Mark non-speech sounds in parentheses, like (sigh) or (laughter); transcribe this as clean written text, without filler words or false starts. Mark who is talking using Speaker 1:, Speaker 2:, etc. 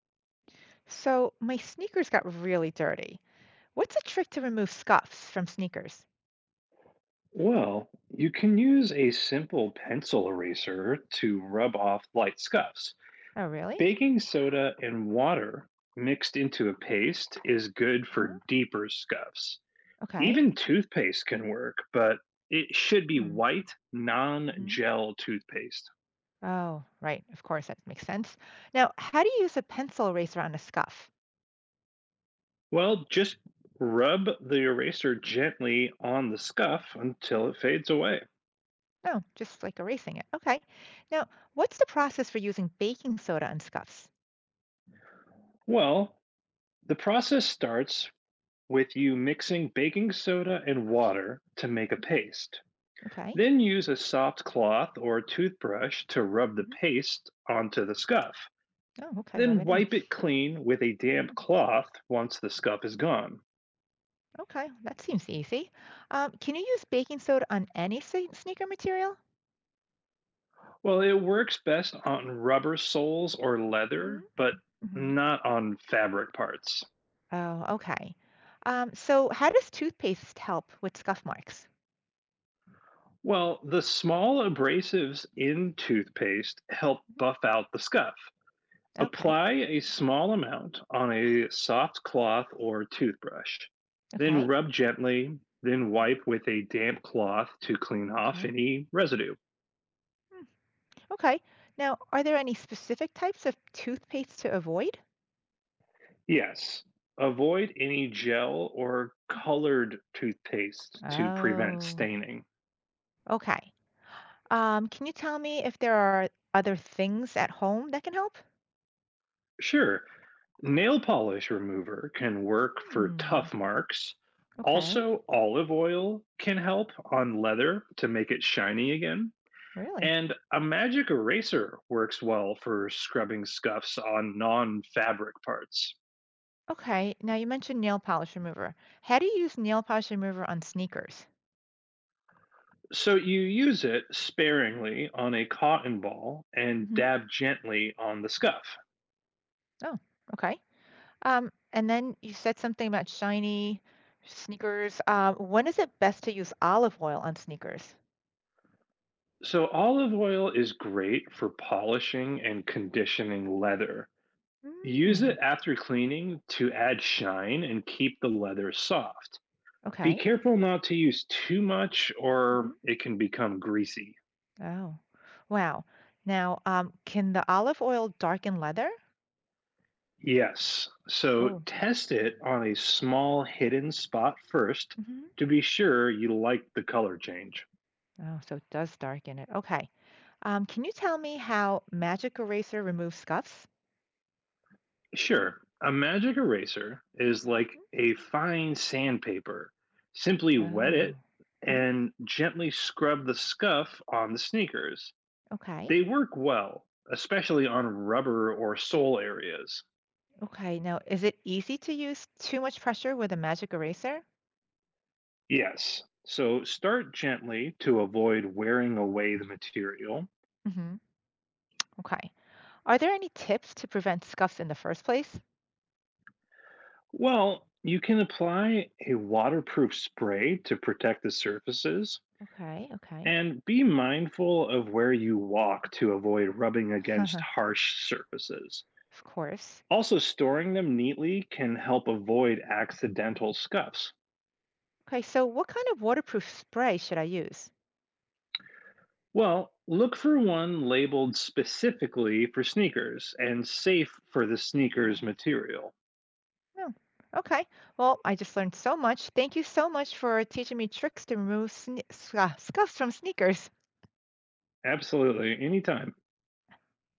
Speaker 1: So my sneakers got really dirty. What's a trick to remove scuffs from sneakers?
Speaker 2: Well, you can use a simple pencil eraser to rub off light scuffs.
Speaker 1: Oh, really?
Speaker 2: Baking soda and water mixed into a paste is good for
Speaker 1: Huh?
Speaker 2: deeper scuffs.
Speaker 1: Okay.
Speaker 2: Even toothpaste can work, but it should be
Speaker 1: Hmm.
Speaker 2: white, non
Speaker 1: Hmm.
Speaker 2: gel toothpaste.
Speaker 1: Oh, right. Of course, that makes sense. Now, how do you use a pencil eraser on a scuff?
Speaker 2: Well, just rub the eraser gently on the scuff until
Speaker 1: Hmm.
Speaker 2: it fades away.
Speaker 1: No, just like erasing it. Okay. Now, what's the process for using baking soda on scuffs?
Speaker 2: Well, the process starts with you mixing baking soda and water to make a
Speaker 1: Hmm.
Speaker 2: paste.
Speaker 1: Okay.
Speaker 2: Then use a soft cloth or toothbrush to rub the
Speaker 1: Hmm.
Speaker 2: paste onto the scuff.
Speaker 1: Oh, okay. Rub
Speaker 2: Then
Speaker 1: it in.
Speaker 2: wipe it clean with a damp
Speaker 1: Mhm.
Speaker 2: cloth once the scuff is gone.
Speaker 1: Okay. That seems easy. Can you use baking soda on any sneaker material?
Speaker 2: Well, it works best on rubber soles or leather,
Speaker 1: Hmm.
Speaker 2: but
Speaker 1: Hmm.
Speaker 2: not on fabric parts.
Speaker 1: Oh, okay. So how does toothpaste help with scuff marks?
Speaker 2: Well, the small abrasives in toothpaste help
Speaker 1: Mhm.
Speaker 2: buff out the scuff.
Speaker 1: Okay.
Speaker 2: Apply a small amount on a
Speaker 1: Mhm.
Speaker 2: soft cloth or toothbrush, then
Speaker 1: Okay.
Speaker 2: rub gently, then
Speaker 1: Mhm.
Speaker 2: wipe with a damp cloth to clean off
Speaker 1: Okay.
Speaker 2: any residue.
Speaker 1: Hmm. Okay. Now, are there any specific types of toothpaste to avoid?
Speaker 2: Yes, avoid any gel or
Speaker 1: Mhm.
Speaker 2: colored toothpaste to prevent
Speaker 1: Oh,
Speaker 2: staining.
Speaker 1: okay. Can you tell me if there are other things at home that can help?
Speaker 2: Sure, nail polish remover can work for
Speaker 1: Hmm.
Speaker 2: tough marks.
Speaker 1: Okay.
Speaker 2: Also, olive oil can help on leather to make it shiny again.
Speaker 1: Really?
Speaker 2: And a magic eraser works well for scrubbing scuffs on non fabric parts.
Speaker 1: Okay. Now you mentioned nail polish remover. How do you use nail polish remover on sneakers?
Speaker 2: So you use it sparingly on a cotton ball and
Speaker 1: Hmm.
Speaker 2: dab gently on the scuff.
Speaker 1: Oh, okay. And then you said something about shiny sneakers. When is it best to use olive oil on sneakers?
Speaker 2: So olive oil is great for polishing and conditioning leather. Use it
Speaker 1: Mm,
Speaker 2: after cleaning to add shine and keep the leather soft. Be
Speaker 1: okay.
Speaker 2: careful not to use too much
Speaker 1: Hmm.
Speaker 2: or it can become greasy.
Speaker 1: Oh, wow. Now, can the olive oil darken leather?
Speaker 2: Yes. So
Speaker 1: Oh.
Speaker 2: test it on a small hidden spot first
Speaker 1: Hmm.
Speaker 2: to be sure you like the color change.
Speaker 1: Oh, so it does darken it. Okay. Can you tell me how magic eraser removes scuffs?
Speaker 2: Sure, a magic eraser is like a fine sandpaper. Simply wet
Speaker 1: Oh.
Speaker 2: it
Speaker 1: Hmm.
Speaker 2: and gently scrub the scuff on the sneakers.
Speaker 1: Okay.
Speaker 2: They work well, especially on rubber or sole areas.
Speaker 1: Okay. Now, is it easy to use too much pressure with a magic eraser?
Speaker 2: Yes. So start gently to avoid wearing away the material.
Speaker 1: Hmm. Okay. Are there any tips to prevent scuffs in the first place?
Speaker 2: Well, you can apply a waterproof spray to protect the surfaces
Speaker 1: Okay, okay.
Speaker 2: and be mindful of where you walk to avoid rubbing
Speaker 1: (laughs)
Speaker 2: against
Speaker 1: Of
Speaker 2: harsh surfaces.
Speaker 1: course.
Speaker 2: Also, storing them neatly can help
Speaker 1: Mhm.
Speaker 2: avoid accidental scuffs.
Speaker 1: Okay, so what kind of waterproof spray should I use?
Speaker 2: Well, look for one labeled specifically for sneakers and safe for the sneakers material.
Speaker 1: Oh, okay. Well, I just learned so much. Thank you so much for teaching me tricks to remove scuffs from sneakers.
Speaker 2: Absolutely, anytime.